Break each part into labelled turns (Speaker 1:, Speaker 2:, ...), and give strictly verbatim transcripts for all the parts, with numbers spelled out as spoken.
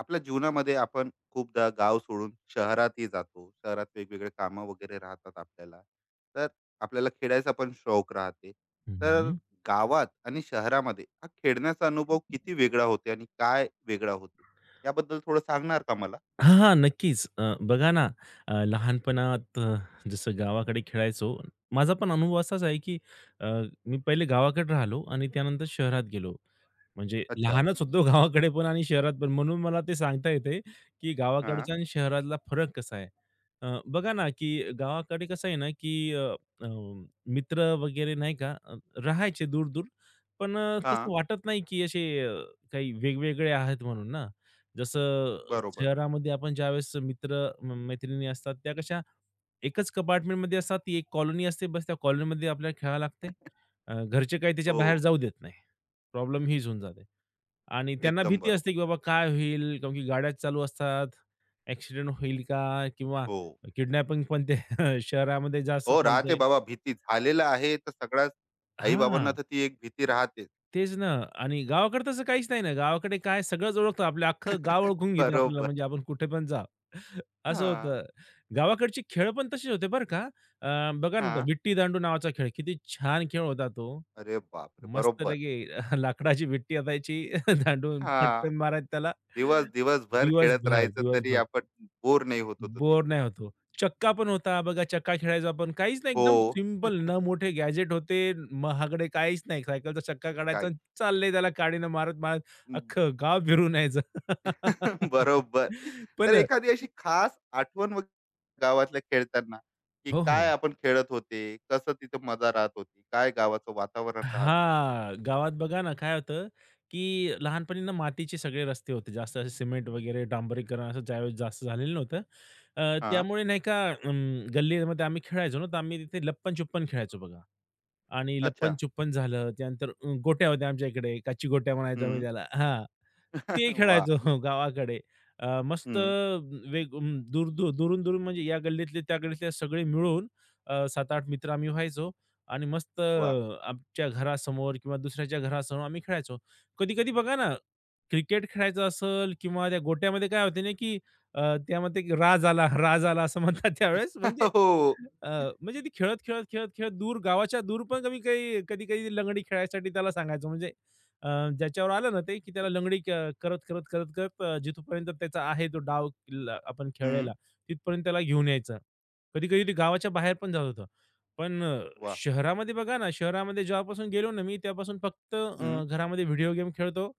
Speaker 1: आपल्या जीवनामध्ये आपण खूपदा गाव सोडून शहरातही जातो शहरात वेगवेगळे कामं वगैरे राहतात आपल्याला तर आपल्याला खेळायचा पण शौक राहते तर
Speaker 2: हं.
Speaker 1: गावात आणि शहरामध्ये हा खेळण्याचा अनुभव किती वेगळा होते आणि काय वेगळा होते याबद्दल थोडं सांगणार का मला.
Speaker 2: हां, हां. नक्कीच. अ, बघा ना, अ, लहानपणात अ, जसं गावाकडे खेळायचो. माझा पण अनुभव असाच आहे, की अ, मी पहिले गावाकडे राहिलो आणि त्यानंतर शहरात गेलो. म्हणजे
Speaker 1: अच्छा.
Speaker 2: लहानच होतो गावाकडे पण आणि शहरात पण. म्हणून मला ते सांगता येते, की
Speaker 1: हां
Speaker 2: गावाकडचा आणि शहरातला फरक कसा आहे. अ, बघा ना, की गावाकडे कसं आहे ना, की अ, अ, मित्र वगैरे नाही का अ, राहायचे दूर-दूर. पण अ,
Speaker 1: हां.
Speaker 2: तसं वाटत नाही, की असे अ, काही वेगवेगळे आहेत म्हणून ना. जसं
Speaker 1: बरोबर.
Speaker 2: शहरामध्ये आपण ज्यावेळेस मित्र, म- मैत्रिणी असतात त्या कशा एकच कंपार्टमेंटमध्ये असतात. ती एक कॉलनी असते बस त्या कॉलनीमध्ये आपल्याला खेळावं लागते. अ, घरचे काही त्याच्या
Speaker 1: हो,
Speaker 2: बाहेर जाऊ देत नाही. प्रॉब्लेम हीच होऊन जाते. आणि त्यांना
Speaker 1: एकदम
Speaker 2: भीती
Speaker 1: बरोबर.
Speaker 2: असते, की बाबा काय होईल? कारण की गाड्या चालू असतात. ॲक्सिडेंट होईल का? किंवा
Speaker 1: हो
Speaker 2: किडनॅपिंग पण ते शहरामध्ये जास्त
Speaker 1: हो, राहते
Speaker 2: चालते.
Speaker 1: बाबा भीती झालेला आहे तर सगळ्याच आई बाबांना
Speaker 2: हां,
Speaker 1: तर ती एक भीती राहते.
Speaker 2: तेच ना. आणि गावाकडे तसं काहीच नाही ना. गावाकडे काय सगळंच ओळखतं. आपलं अख्खं गाव ओळखून घेते आपल्याला
Speaker 1: बरोबर.
Speaker 2: म्हणजे आपण कुठे पण जा. असं
Speaker 1: हां
Speaker 2: होतं. गावाकडचे खेळ पण तसेच होते बरं का. अ, बघा ना,
Speaker 1: हां.
Speaker 2: विट्टी-दांडू नावाचा खेळ किती छान खेळ होता तो.
Speaker 1: अरे बापरे!
Speaker 2: मस्त
Speaker 1: बरोबर.
Speaker 2: लगे लाकडाची विटी असायची दांडून
Speaker 1: हां.
Speaker 2: फटकन मारायचं त्याला.
Speaker 1: दिवस दिवसभर खेळत
Speaker 2: दिवसभर,
Speaker 1: राहायचं तरी
Speaker 2: दिवसभर
Speaker 1: आपण बोर नाही होत होतो ते.
Speaker 2: बोर नाही होतो. चक्का पण होता बघा, चक्का खेळायचो आपण. काहीच नाही एकदम
Speaker 1: हो,
Speaker 2: सिंपल न मोठे गॅजेट होते, महागडे काहीच नाही. सायकलचा चक्का काढायचा
Speaker 1: काय?
Speaker 2: आणि चाललंय त्याला काडीनं मारत-मारत अख्खं गाव फिरून यायचं.
Speaker 1: बरोबर. तर
Speaker 2: पण
Speaker 1: एखादी अशी खास आठवण वग गावातल्या खेळताना, की
Speaker 2: हो, हो.
Speaker 1: काय आपण खेळत होते? कसं तिथं मजा राहत होती? काय गावाचं वातावरण राहत होतं?
Speaker 2: हां, गावात बघा ना काय होतं, की लहानपणी ना मातीचे सगळे रस्ते होते. जास्त असे सिमेंट वगैरे डांबरीकरण असं ज्यावेळेस जास्त झालेलं नव्हतं. अ,
Speaker 1: हां.
Speaker 2: त्यामुळे नाही का अं, गल्लीमध्ये आम्ही खेळायचो ना, तर आम्ही तिथे लप्पन-छुप्पन खेळायचो बघा. आणि
Speaker 1: अच्छा.
Speaker 2: लप्पन-छुप्पन झालं, त्यानंतर अ, गोट्या होत्या आमच्या इकडे, काची गोट्या म्हणायचो आम्ही
Speaker 1: हं.
Speaker 2: त्याला. हां. ते
Speaker 1: वा.
Speaker 2: खेळायचो गावाकडे. अ, मस्त
Speaker 1: हं.
Speaker 2: वेग अम, दूर दूर दुरून-दुरून म्हणजे या गल्लीतले त्या गल्लीतले सगळे मिळून अ, सात आठ मित्र आम्ही व्हायचो आणि मस्त
Speaker 1: वाह!
Speaker 2: आमच्या घरासमोर किंवा दुसऱ्याच्या घरासमोर आम्ही खेळायचो. कधी-कधी बघा ना, क्रिकेट खेळायचं असेल किंवा त्या गोट्यामध्ये काय होते ना, की अ, त्यामध्ये एक राज आला, राज आला असं म्हणतात त्यावेळेस म्हणजे
Speaker 1: हो.
Speaker 2: अ, म्हणजे ती खेळत, खेळत, खेळत, खेळत दूर गावाच्या दूर पण कमी काही कधी-कधी लंगडी खेळायसाठी त्याला सांगायचो म्हणजे अ, ज्याच्यावर आलं ना ते, की त्याला लंगडी क करत, करत, करत, करत अ, जिथपर्यंत त्याचा आहे तो डाव ल आपण
Speaker 1: हं.
Speaker 2: खेळलेला, तिथपर्यंत त्याला घेऊन यायचा. कधी-कधी ते गावाच्या बाहेर पण जात होतं. पण अ,
Speaker 1: वाह!
Speaker 2: शहरामध्ये बघा ना, शहरामध्ये जेव्हापासून गेलो ना मी, तेव्हापासून फक्त
Speaker 1: हं.
Speaker 2: अ, घरामध्ये व्हिडिओ गेम खेळतो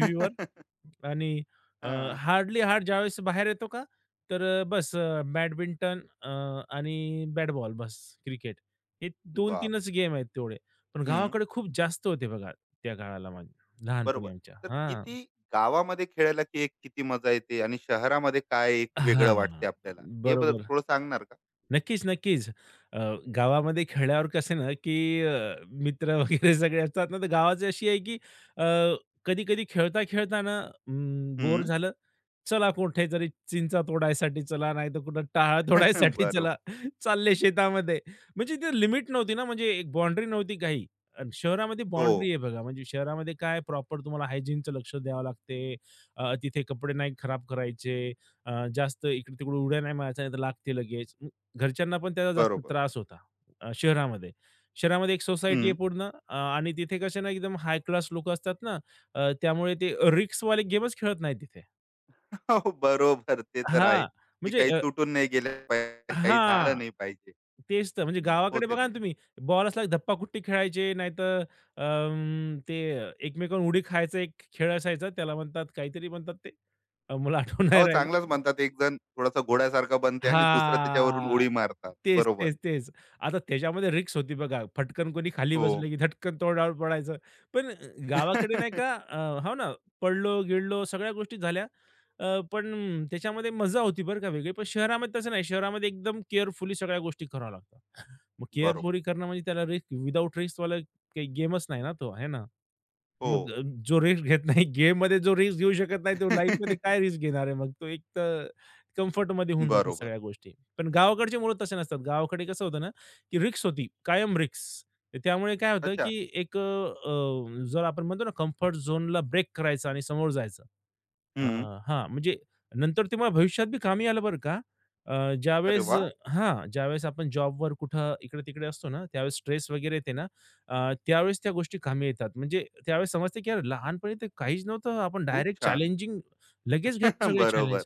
Speaker 1: हां.
Speaker 2: आणि अ, हार्डली हार्ड ज्यावेळेस बाहेर येतो का, तर अ, बस अ, बॅडमिंटन अ, आणि बॅट बॉल बस क्रिकेट. हे
Speaker 1: बाप!
Speaker 2: दोन-3च गेम आहेत तेवढे. पण
Speaker 1: हं.
Speaker 2: गावाकडे खूप जास्त होते बघा त्या काळाला माझ्या लहानपणी
Speaker 1: बरोबर.
Speaker 2: आमच्या.
Speaker 1: तर
Speaker 2: हां.
Speaker 1: किती गावामध्ये खेळायला की एक किती मजा येते आणि शहरामध्ये काय एक वेगळं
Speaker 2: हां.
Speaker 1: वाटते आपल्याला? हे बद्दल
Speaker 2: बरोबर.
Speaker 1: थोडं सांगणार का?
Speaker 2: नक्कीच, नक्कीच. अ, गावामध्ये खेळल्यावर कसं आहे ना, की अ, मित्र वगैरे सगळे असतात ना, तर गावाची अशी आहे की कधी-कधी खेळता-खेळताना बोर
Speaker 1: हं.
Speaker 2: झालं चला कुठेतरी चिंचा तोडायसाठी चला, नाही तर कुठं टाळा तोडायसाठी
Speaker 1: बरोबर.
Speaker 2: चला. चालले शेतामध्ये. म्हणजे ती लिमिट नव्हती ना, म्हणजे एक बाउंड्री नव्हती काही. अन् शहरामध्ये
Speaker 1: हो,
Speaker 2: बाउंड्री आहे बघा. म्हणजे शहरामध्ये काय प्रॉपर तुम्हाला हायजीनचं लक्ष द्यावं लागते. अ, तिथे कपडे नाही खराब करायचे. अ, जास्त इकडे-तिकडे उड्या नाही मारायच्या, नाहीतर लागते लगेच. मग घरच्यांना पण त्याचा जास्त
Speaker 1: बरोबर.
Speaker 2: त्रास होता अ, शहरामध्ये. शहरामध्ये एक सोसायटी आहे
Speaker 1: हं.
Speaker 2: पूर्ण. अ, आणि तिथे कसे ना एकदम हाय क्लास लोकं असतात ना, अ, त्यामुळे ते रिस्कवाले गेमच खेळत नाहीत तिथे.
Speaker 1: हो, बरोबर. ते तर आहे,
Speaker 2: हां,
Speaker 1: की
Speaker 2: म्हणजे
Speaker 1: काही
Speaker 2: अ,
Speaker 1: तुटून नाही गेलं पाहिजे, काही
Speaker 2: हां,
Speaker 1: झालं नाही पाहिजे.
Speaker 2: तेच तर. म्हणजे गावाकडे
Speaker 1: होते
Speaker 2: बघा ना
Speaker 1: खूप.
Speaker 2: तुम्ही बॉल असला की धप्पाकुट्टी खेळायचे, नाहीतर अं, ते एकमेकांवर उडी खायचा एक खेळ असायचा. त्याला म्हणतात काहीतरी म्हणतात ते अ, मला आठवण नाही
Speaker 1: हो,
Speaker 2: राहिलं.
Speaker 1: चांगलंच म्हणतात एक जण थोडासा घोड्यासारखा बनते आणि दुसरा त्याच्यावरून
Speaker 2: हां.
Speaker 1: उडी मारतात.
Speaker 2: तेच,
Speaker 1: बरोबर.
Speaker 2: तेच, तेच. आता त्याच्यामध्ये रिस्क होती बघा. फटकन कोणी खाली
Speaker 1: हो.
Speaker 2: बसलं की धटकन तोंडावर पडायचं. पण अ, गावाकडे नाही का अ, हो ना, पडलो-गिळलो सगळ्या गोष्टी झाल्या. अ, पण त्याच्यामध्ये मजा होती बरं का वेगळी. पण शहरामध्ये तसं नाही. शहरामध्ये एकदम केअरफुली सगळ्या गोष्टी कराव्या लागतात. मग
Speaker 1: बरोबर.
Speaker 2: केअरफुली करणं म्हणजे त्याला रिस्क विदाऊट रिस्कवाला काही गेमच नाही ना तो, आहे ना?
Speaker 1: हो.
Speaker 2: मग अ, जो रिस्क घेत नाही गेममध्ये जो रिस्क घेऊ शकत नाही, तो लाईफमध्ये काय रिस्क घेणार आहे मग? तो एक तर कम्फर्टमध्ये होऊन जातात
Speaker 1: बरोबर.
Speaker 2: सगळ्या गोष्टी. पण गावाकडचे मुलं तसे नसतात. गावाकडे कसं होतं ना, की रिस्क होती, कायम रिस्क. त्यामुळे काय होतं,
Speaker 1: अच्छा.
Speaker 2: की एक अ, अ, जर आपण म्हणतो ना, कम्फर्ट झोनला ब्रेक करायचा आणि समोर जायचं. अ,
Speaker 1: हं.
Speaker 2: हां, म्हणजे नंतर ते मला भविष्यात बी कामी आलं बरं का. अ,
Speaker 1: अरे
Speaker 2: ज्यावेळेस
Speaker 1: वाह!
Speaker 2: हां, ज्यावेळेस आपण जॉबवर कुठं इकडे-तिकडे असतो ना, त्यावेळेस स्ट्रेस वगैरे येते ना, अ, त्यावेळेस त्या गोष्टी कामी येतात. म्हणजे त्यावेळेस समजते की यार लहानपणी तर काहीच नव्हतं. आपण
Speaker 1: खूप
Speaker 2: डायरेक्ट
Speaker 1: छान.
Speaker 2: चॅलेंजिंग लगेच घ्यायचो सगळे
Speaker 1: बरोबर.
Speaker 2: चॅलेंज.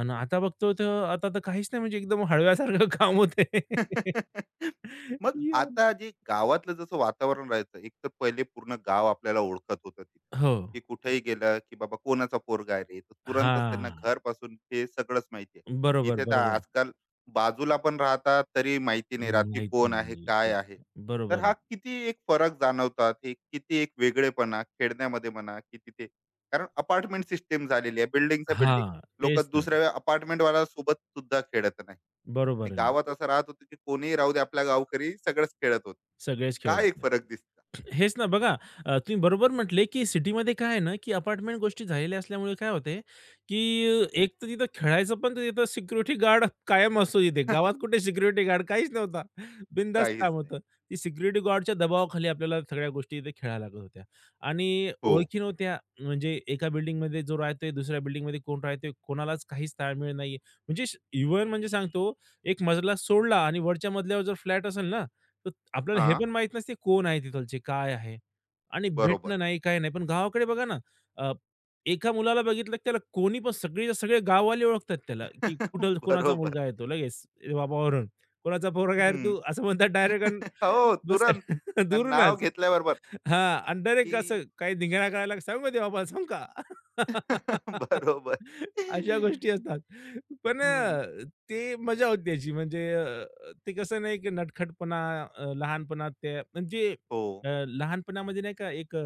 Speaker 2: अन् आता बघतो तर आता तर काहीच नाही म्हणजे एकदम हळव्यासारखं काम होतंय.
Speaker 1: मग
Speaker 2: यार.
Speaker 1: आता जे गावातलं जसं वातावरण राहायचं, एक तर पहिले पूर्ण गाव आपल्याला ओळखत होतं तिथे,
Speaker 2: हो.
Speaker 1: की कुठेही गेलं की बाबा कोणाचा पोरगा आहे रे तर तुरंतच त्यांना
Speaker 2: हां.
Speaker 1: घरपासून हे सगळंच माहिती आहे.
Speaker 2: बरोबर,
Speaker 1: इथे तर
Speaker 2: बरोबर.
Speaker 1: आजकाल बाजूला पण राहतात तरी माहिती नाही राहत की
Speaker 2: माहीत
Speaker 1: कोण
Speaker 2: नाही.
Speaker 1: आहे
Speaker 2: नाही,
Speaker 1: काय
Speaker 2: खूप
Speaker 1: आहे. तर
Speaker 2: बरोबर
Speaker 1: हा
Speaker 2: आहे.
Speaker 1: किती एक फरक जाणवतात, हे किती एक वेगळेपणा खेळण्यामध्ये म्हणा की तिथे कारण अपार्टमेंट सिस्टीम झालेली आहे, बिल्डिंगच्या बिल्डिंग
Speaker 2: हां,
Speaker 1: लोक
Speaker 2: तेच तर.
Speaker 1: दुसऱ्या अपार्टमेंट वाला सोबत सुद्धा खेळत नाही. आणि
Speaker 2: बरोबर आहे ना.
Speaker 1: गावात असं राहत होतं की कोणीही राहू दे आपल्या गावकरी सगळंच खेळत होते.
Speaker 2: सगळेच खेळत
Speaker 1: काय एक
Speaker 2: होते.
Speaker 1: फरक दिसला?
Speaker 2: हेच ना बघा. अ, तुम्ही बरोबर म्हटले, की सिटीमध्ये काय आहे ना, की अपार्टमेंट गोष्टी झालेल्या असल्यामुळे काय होते, की एक तर तिथं खेळायचं पण तर तिथं सिक्युरिटी गार्ड कायम असतो तिथे. गावात कुठे सिक्युरिटी गार्ड काहीच नव्हता. बिनधास्त
Speaker 1: काहीच
Speaker 2: काम
Speaker 1: नाही.
Speaker 2: होतं. ती सिक्युरिटी गार्डच्या दबावाखाली आपल्याला सगळ्या गोष्टी इथे खेळायला लागत होत्या आणि
Speaker 1: हो.
Speaker 2: ओळखी नव्हत्या. म्हणजे एका बिल्डिंगमध्ये जो राहतोय, दुसऱ्या बिल्डिंगमध्ये कोण राहतोय, कोणालाच काहीच ताळमेळ नाहीये. म्हणजे इव्हन म्हणजे सांगतो, एक मजला सोडला आणि वरच्या मजल्यावर जर फ्लॅट असेल ना, आपल्याला हे
Speaker 1: हां,
Speaker 2: पण माहीत नसते कोण आहे तिथलचे, काय आहे? आणि
Speaker 1: बरोबर.
Speaker 2: भेटणं नाही, काही नाही. पण गावाकडे बघा ना, अ, एका मुलाला बघितलं की त्याला कोणी पण सगळेच्या सगळे गाववाले ओळखतात त्याला, की कुठं कोणाचा
Speaker 1: बरोबर.
Speaker 2: मुलगा आहे तो लगेच बाबावरून. कोणाचा पोरगा आहे रे
Speaker 1: हं.
Speaker 2: तू? असं म्हणतात डायरेक्ट
Speaker 1: हो,
Speaker 2: बस
Speaker 1: तुरंत. आणि नाव
Speaker 2: दूरूनच.
Speaker 1: घेतल्याबरोबर
Speaker 2: हां, अंडर डायरेक्ट
Speaker 1: की
Speaker 2: असं काही धिंगाणा करायला सांगू का देवा मला सांगू का?
Speaker 1: बरोबर.
Speaker 2: अशा गोष्टी असतात. पण
Speaker 1: हं.
Speaker 2: अ, ते मजा होती त्याची म्हणजे अ, ते कसं नाही की नटखटपणा अ, लहानपणात ते म्हणजे
Speaker 1: हो,
Speaker 2: अ, लहानपणामध्ये नाही का एक अ,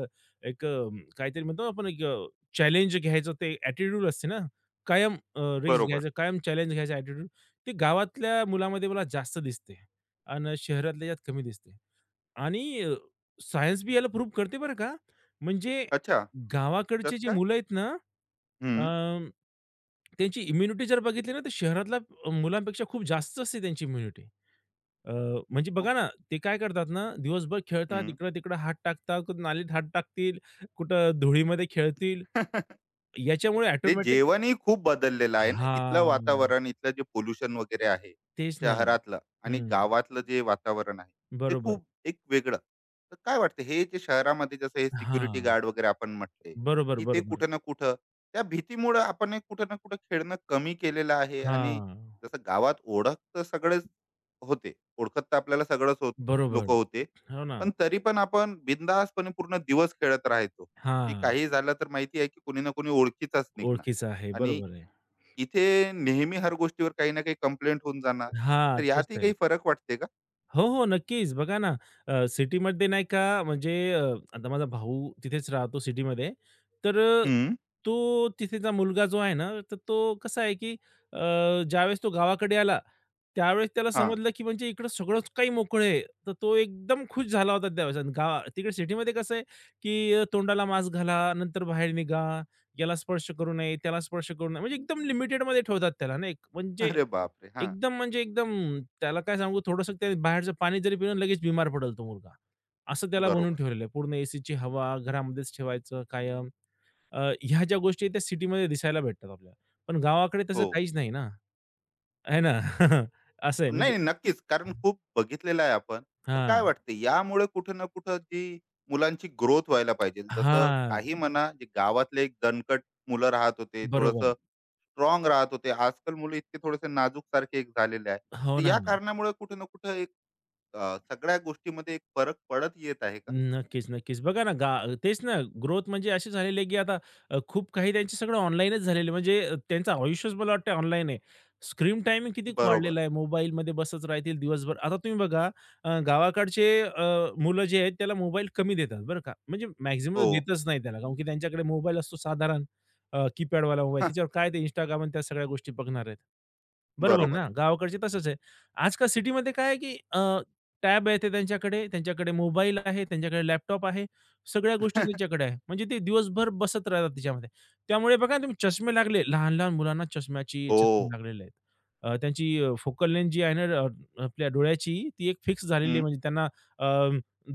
Speaker 2: एक अ, काहीतरी म्हणतो ना आपण एक अ, चॅलेंज घ्यायचं ते ॲटिट्यूड असते ना, कायम रिस्क
Speaker 1: बरोबर.
Speaker 2: घ्यायचं, कायम चॅलेंज घ्यायचं ॲटिट्यूड. ते गावातल्या मुलामध्ये मला जास्त दिसते आणि शहरातल्या यात कमी दिसते. आणि अ, सायन्स बी याला प्रूव्ह करते बरं का. म्हणजे
Speaker 1: अच्छा,
Speaker 2: गावाकडचे
Speaker 1: कसं
Speaker 2: जे
Speaker 1: काय?
Speaker 2: मुलं आहेत ना,
Speaker 1: हं.
Speaker 2: अ, त्यांची इम्युनिटी जर बघितली ना, तर शहरातल्या मुलांपेक्षा खूप जास्त असते त्यांची इम्युनिटी. अ, म्हणजे बघा ना, ते काय करतात ना, दिवसभर खेळतात,
Speaker 1: हं.
Speaker 2: इकडं-तिकडं हात टाकतात, कुठं नालीत हात टाकतील, कुठं धुळीमध्ये खेळतील. याच्यामुळे
Speaker 1: ते
Speaker 2: ऑटोमॅटिक
Speaker 1: जेवणही खूप बदललेलं आहे ना. इथलं
Speaker 2: हां,
Speaker 1: वातावरण, इथलं जे पोल्युशन वगैरे आहे
Speaker 2: तेच ना.
Speaker 1: शहरातलं आणि
Speaker 2: हं,
Speaker 1: गावातलं जे वातावरण आहे, ते
Speaker 2: बरोबर.
Speaker 1: खूप एक वेगळं. तर काय वाटतं हे जे शहरामध्ये जसं हे सिक्युरिटी
Speaker 2: हां,
Speaker 1: गार्ड वगैरे आपण म्हटले,
Speaker 2: बरोबर,
Speaker 1: की ते
Speaker 2: बरोबर.
Speaker 1: कुठं ना कुठं त्या भीतीमुळं आपण हे कुठं ना कुठं खेळणं कमी केलेलं आहे. आणि
Speaker 2: हां,
Speaker 1: जसं गावात ओळख तर सगळेच होते. ओळखत तर आपल्याला सगळंच होत,
Speaker 2: बरोबर.
Speaker 1: लोकं होते.
Speaker 2: हो ना.
Speaker 1: पण तरी पण आपण बिंदासपणे पूर्ण दिवस खेळत राहायचो, की
Speaker 2: हां.
Speaker 1: काही झालं तर माहिती आहे की कोणी ना कोणी ओळखीचाच निघणार.
Speaker 2: ओळखीचं आहे.
Speaker 1: आणि
Speaker 2: बरोबर आहे.
Speaker 1: इथे नेहमी हर गोष्टीवर काही ना काही कंप्लेंट होऊन जाणार.
Speaker 2: हां,
Speaker 1: तर
Speaker 2: तेच
Speaker 1: यातही
Speaker 2: आहे.
Speaker 1: काही फरक वाटते का?
Speaker 2: हो, हो, नक्कीच. बघा ना, अ, सिटीमध्ये नाही का म्हणजे अ, आता माझा भाऊ तिथेच राहतो सिटीमध्ये. तर अ,
Speaker 1: हं.
Speaker 2: तो तिथेचा मुलगा जो आहे ना, तर तो कसा आहे, की अ, ज्यावेळेस तो गावाकडे आला, त्यावेळेस त्याला
Speaker 1: हां.
Speaker 2: समजलं, की म्हणजे इकडं सगळंच काही मोकळं आहे. तर तो एकदम खुश झाला होता त्यावेळेस. आणि गावा तिकडे सिटीमध्ये कसं आहे, की अ, तोंडाला मास्क घाला, नंतर बाहेर निघा, याला स्पर्श करू नये, त्याला स्पर्श करू नये. म्हणजे एकदम लिमिटेडमध्ये ठेवतात त्याला नाही म्हणजे
Speaker 1: अरे बापरे! हां,
Speaker 2: एकदम म्हणजे एकदम त्याला काय सांगू थोडंसं ते बाहेरचं पाणी जरी पिलं लगेच बिमार पडेल तो मुलगा. असं त्याला बनवून
Speaker 1: बरोबर.
Speaker 2: ठेवलेलं आहे. पूर्ण एसीची हवा घरामध्येच ठेवायचं कायम. अ, ह्या ज्या गोष्टी आहेत त्या सिटीमध्ये दिसायला भेटतात आपल्याला. पण गावाकडे तसं
Speaker 1: हो.
Speaker 2: काहीच नाही ना. आहे ना? असं आहे
Speaker 1: नाही,
Speaker 2: म्हणजे
Speaker 1: नाही. नक्कीच. कारण खूप बघितलेलं आहे आपण. तर काय
Speaker 2: हां.
Speaker 1: वाटते यामुळे कुठं ना कुठं जी मुलांची ग्रोथ व्हायला पाहिजे. जसं
Speaker 2: हां.
Speaker 1: काही म्हणा जे गावातले एक दणकट मुलं राहत होते, थोडंसं
Speaker 2: बरोबर.
Speaker 1: स्ट्रॉंग राहत होते. आजकाल मुलं इतके थोडेसे नाजूक सारखे एक झालेले आहे.
Speaker 2: हो
Speaker 1: तर
Speaker 2: ना.
Speaker 1: या कारणामुळे कुठे ना कुठे एक अ, सगळ्या गोष्टीमध्ये एक फरक पडत येत आहे का?
Speaker 2: नक्कीच, नक्कीच. बघा ना, गा तेच ना, ग्रोथ म्हणजे अशी झालेली आहे, की आता अ, खूप काही त्यांचे सगळं ऑनलाईनच झालेलं आहे. म्हणजे अ, त्यांचं आयुष्यच मला वाटतं ऑनलाईन आहे. स्क्रीन टायमिंग किती
Speaker 1: बरोबर.
Speaker 2: वाढलेला आहे. मोबाईलमध्ये बसत राहतील दिवसभर. आता तुम्ही बघा अ, गावाकडचे अ, मुलं जे आहेत त्याला मोबाईल कमी देतात बरं का. म्हणजे मॅक्सिमम
Speaker 1: हो.
Speaker 2: देतच नाही त्याला. कारण की त्यांच्याकडे मोबाईल असतो साधारण अ, कीपॅडवाला मोबाईल.
Speaker 1: हां,
Speaker 2: त्याच्यावर काय ते Instagram आणि त्या सगळ्या गोष्टी बघणार आहेत. बरोबर
Speaker 1: बरोबर
Speaker 2: ना?
Speaker 1: आहे.
Speaker 2: गावाकडचे तसंच आहे. आजकाल सिटीमध्ये काय आहे, की टॅब आहे ते त्यांच्याकडे, त्यांच्याकडे मोबाईल आहे, त्यांच्याकडे लॅपटॉप आहे. सगळ्या गोष्टी त्यांच्याकडे आहे. म्हणजे ते दिवसभर बसत राहतात त्याच्यामध्ये. त्यामुळे बघा ना तुम्ही चष्मे लागले, लहान-लहान मुलांना चष्म्याची
Speaker 1: हो.
Speaker 2: चष्मे लागलेले आहेत. अ, त्यांची फोकल लेन्थ जी आहे ना अ, आपल्या डोळ्याची ती एक फिक्स झालेली
Speaker 1: हं.
Speaker 2: आहे. म्हणजे त्यांना अ,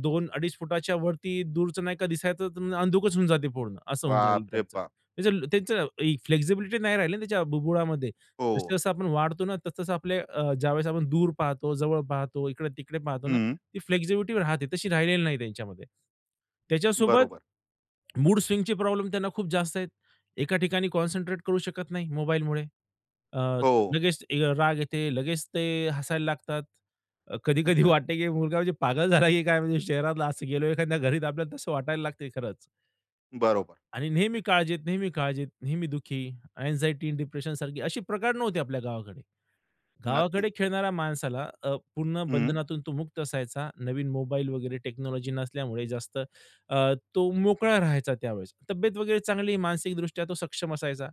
Speaker 2: दोन ते अडीच फुटाच्या वरती दूरचं नाही का दिसायचं तर अंधुकच होऊन जाते पूर्ण. असं होऊन जाईल
Speaker 1: बापरे
Speaker 2: त्यांचं.
Speaker 1: बाप!
Speaker 2: त्याचं त्यांचं फ्लेक्सिबिलिटी नाही राहिली ना त्याच्या बुबुळामध्ये.
Speaker 1: हो.
Speaker 2: जसं-जसं आपण वाढतो ना, तसं-तसं आपले अ, ज्यावेळेस आपण दूर पाहतो, जवळ पाहतो, इकडे-तिकडे पाहतो ना,
Speaker 1: हं.
Speaker 2: ती फ्लेक्सिबिलिटी राहते. तशी राहिलेली नाही त्यांच्यामध्ये. त्याच्यासोबत
Speaker 1: बरोबर.
Speaker 2: मूड स्विंगचे प्रॉब्लेम त्यांना खूप जास्त आहेत. एका ठिकाणी कॉन्सन्ट्रेट करू शकत नाही मोबाईलमुळे. अ,
Speaker 1: हो.
Speaker 2: लगेच अ, राग येते, लगेच ते हसायला लागतात. अ, कधी-कधी वाटते की मुलगा म्हणजे पागल झाला की काय म्हणजे शहरातला असं गेलो एखाद्या घरी तर आपल्याला तसं वाटायला लागते खरंच.
Speaker 1: बरोबर.
Speaker 2: आणि नेहमी काळजीत, नेहमी काळजीत, नेहमी दुःखी, अँक्झायटी, डिप्रेशनसारखी असे प्रकार नव्हते आपल्या गावाकडे.
Speaker 1: नक्कीच.
Speaker 2: गावाकडे खेळणाऱ्या माणसाला अ, पूर्ण
Speaker 1: हं.
Speaker 2: बंधनातून तो मुक्त असायचा. नवीन मोबाईल वगैरे टेक्नॉलॉजी नसल्यामुळे जास्त अ, तो मोकळा राहायचा त्यावेळेस. तब्येत वगैरे चांगली, मानसिकदृष्ट्या तो सक्षम असायचा.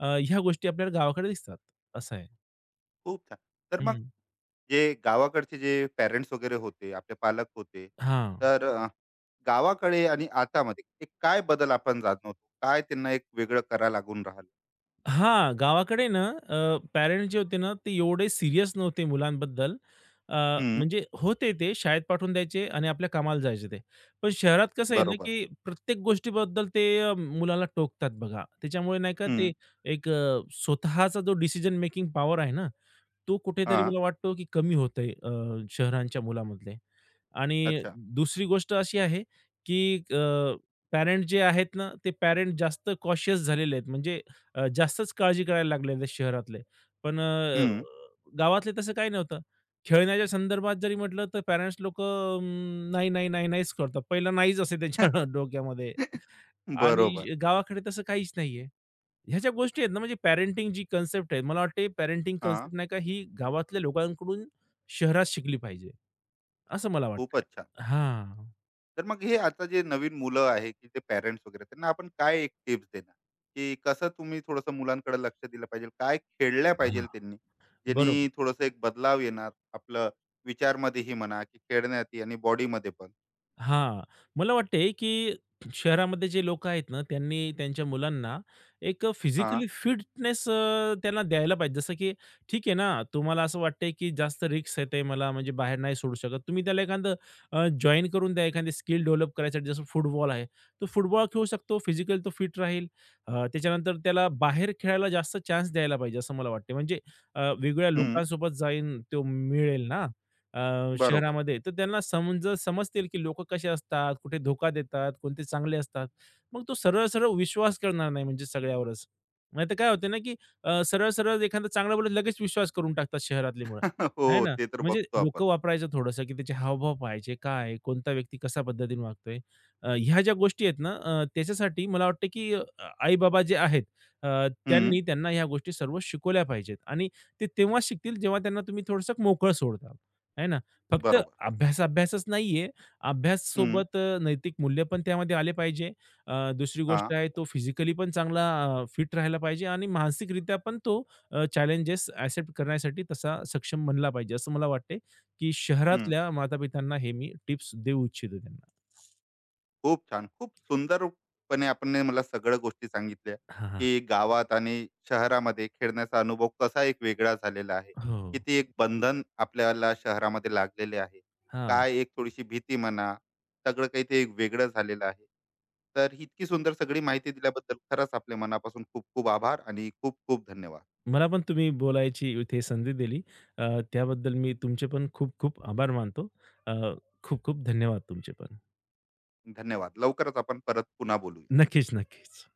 Speaker 2: अ, ह्या गोष्टी आपल्याला गावाकडे दिसतात. असं आहे.
Speaker 1: खूप छान. तर मग
Speaker 2: हं.
Speaker 1: जे गावाकडचे जे पेरेंट्स वगैरे होते, आपले पालक होते,
Speaker 2: हां.
Speaker 1: तर अ, गावाकडे आणि आतामध्ये एक काय बदल आपण जाणवतो? काय त्यांना एक वेगळं करावं लागून राहिलं?
Speaker 2: हां, गावाकडे ना अ, पॅरेंट्स जे होते ना, ते एवढे सीरियस नव्हते मुलांबद्दल. अ,
Speaker 1: हं,
Speaker 2: म्हणजे होते ते शाळेत पाठवून द्यायचे आणि आपल्या कामाला जायचे ते. पण शहरात कसं आहे ना,
Speaker 1: बरोबर.
Speaker 2: की प्रत्येक गोष्टीबद्दल ते अ, मुलाला टोकतात बघा. त्याच्यामुळे नाही का
Speaker 1: हं,
Speaker 2: ते एक अ, स्वतःचा जो डिसिजन मेकिंग पॉवर आहे ना, तो कुठेतरी
Speaker 1: हां.
Speaker 2: मला वाटतो, की कमी होत आहे अ, शहरांच्या मुलामधले. आणि
Speaker 1: अच्छा.
Speaker 2: दुसरी गोष्ट अशी आहे, की अ, पॅरेंट जे आहेत ना, ते पॅरेंट जास्त कॉशियस झालेले आहेत. म्हणजे अ, जास्तच काळजी करायला लागलेले आहेत शहरातले. पण अ,
Speaker 1: हं.
Speaker 2: गावातले तसं काही नव्हतं. खेळण्याच्या संदर्भात जरी म्हटलं, तर पॅरेंट्स लोकं नाही, नाही, नाही, नाहीच करतात. पहिला नाहीच असे त्यांच्या डोक्यामध्ये
Speaker 1: बरोबर.
Speaker 2: आणि गावाकडे तसं काहीच नाहीये. ह्या ज्या गोष्टी आहेत ना, म्हणजे पॅरेंटिंग जी कन्सेप्ट आहे, मला वाटते पॅरेंटिंग
Speaker 1: हां,
Speaker 2: कन्सेप्ट नाही का, ही गावातल्या लोकांकडून शहरात शिकली पाहिजे, असं मला वाटतंय.
Speaker 1: खूपच अच्छा.
Speaker 2: हां,
Speaker 1: तर मग हे आता जे नवीन मुलं आहे, की ते पॅरेंट्स वगैरे त्यांना आपण काय एक टिप्स देणार, की कसं तुम्ही थोडंसं मुलांकडे लक्ष दिलं पाहिजे? काय खेळल्या पाहिजे
Speaker 2: हां.
Speaker 1: त्यांनी? ज्यांनी
Speaker 2: बरोबर.
Speaker 1: थोडंसं एक बदलाव येणार आपलं विचारमध्येही म्हणा, की खेळण्यातही आणि बॉडीमध्ये पण?
Speaker 2: हां. मला वाटते, की शहरामध्ये जे लोकं आहेत ना, त्यांनी त्यांच्या मुलांना एक
Speaker 1: हां.
Speaker 2: फिजिकली फिटनेस अ, त्यांना द्यायला पाहिजे. जसं की ठीक आहे ना, तुम्हाला असं वाटतंय, की जास्त रिस्क येते मला, म्हणजे बाहेर नाही सोडू शकत. तुम्ही त्याला एखादं अ, जॉइन करून द्या, एखादी स्किल डेव्हलप करायसाठी. जसं फुटबॉल आहे, तो फुटबॉल खेळू शकतो, फिजिकली तो फिट राहील. अ, त्याच्यानंतर त्याला बाहेर खेळायला जास्त चान्स द्यायला पाहिजे, असं मला वाटते. म्हणजे अ, वेगळ्या
Speaker 1: हं,
Speaker 2: लोकांसोबत जाईन तो मिळेल ना, अ,
Speaker 1: बरोबर.
Speaker 2: शहरामध्ये, तर त्यांना समज समजतील की लोकं कसे असतात, कुठे धोका देतात, कोणते चांगले असतात. मग तो सरळ-सरळ विश्वास करणार नाही म्हणजे सगळ्यावरच. नाहीतर काय होते ना, की अ, सरळ-सरळ एखादा चांगला बोलला लगेच विश्वास करून टाकतात शहरातली मुलं, आहे
Speaker 1: हो,
Speaker 2: ना.
Speaker 1: ते तर
Speaker 2: म्हणजे
Speaker 1: बघतो आपण.
Speaker 2: डोकं वापरायचं थोडंसं, की त्याचे हावभाव पाहायचे, काय आहे, कोणता व्यक्ती कशा पद्धतीने वागतोय. अ, ह्या ज्या गोष्टी आहेत ना, अ, त्याच्यासाठी मला वाटतं की अ, आई-बाबा जे आहेत, अ,
Speaker 1: हं,
Speaker 2: त्यांनी त्यांना ह्या गोष्टी सर्व शिकवल्या पाहिजेत आणि ते तेव्हाच शिकतील जेव्हा त्यांना तुम्ही थोडंसं मोकळं सोडता. आहे ना? फक्त
Speaker 1: बरोबर.
Speaker 2: अभ्यास, अभ्यासच नाहीये.
Speaker 1: हं,
Speaker 2: अभ्याससोबत अ, नैतिक मूल्य पण त्यामध्ये आले पाहिजे. अ, दुसरी गोष्ट
Speaker 1: हां.
Speaker 2: आहे तो फिजिकली पण चांगला अ, फिट राहायला पाहिजे आणि मानसिकरित्या पण तो अ, चॅलेंजेस एक्सेप्ट करण्यासाठी तसा सक्षम बनला पाहिजे. असं मला वाटते, की शहरातल्या माता-पित्यांना हे मी टिप्स देऊ इच्छितो त्यांना.
Speaker 1: खूप छान. खूप सुंदरपणे आपण मला सगळ्या गोष्टी सांगितल्या,
Speaker 2: हां, हां.
Speaker 1: की गावात आणि शहरामध्ये खेळण्याचा अनुभव कसा एक वेगळा झालेला आहे.
Speaker 2: हो.
Speaker 1: किती एक बंधन आपल्याला शहरामध्ये लागलेले आहे.
Speaker 2: हां.
Speaker 1: काय एक थोडीशी भीती म्हणा, सगळं काही ते एक वेगळं झालेलं आहे. तर इतकी सुंदर सगळी माहिती दिल्याबद्दल खरंच आपल्या मनापासून खूप खूप आभार आणि खूप खूप धन्यवाद.
Speaker 2: मला पण तुम्ही बोलायची इथे संधी दिली. अ, त्याबद्दल मी तुमचे पण खूप-खूप आभार मानतो. अ, खूप-खूप धन्यवाद तुमचे पण.
Speaker 1: धन्यवाद. लवकरच आपण परत पुन्हा बोलूया.
Speaker 2: नक्कीच, नक्कीच.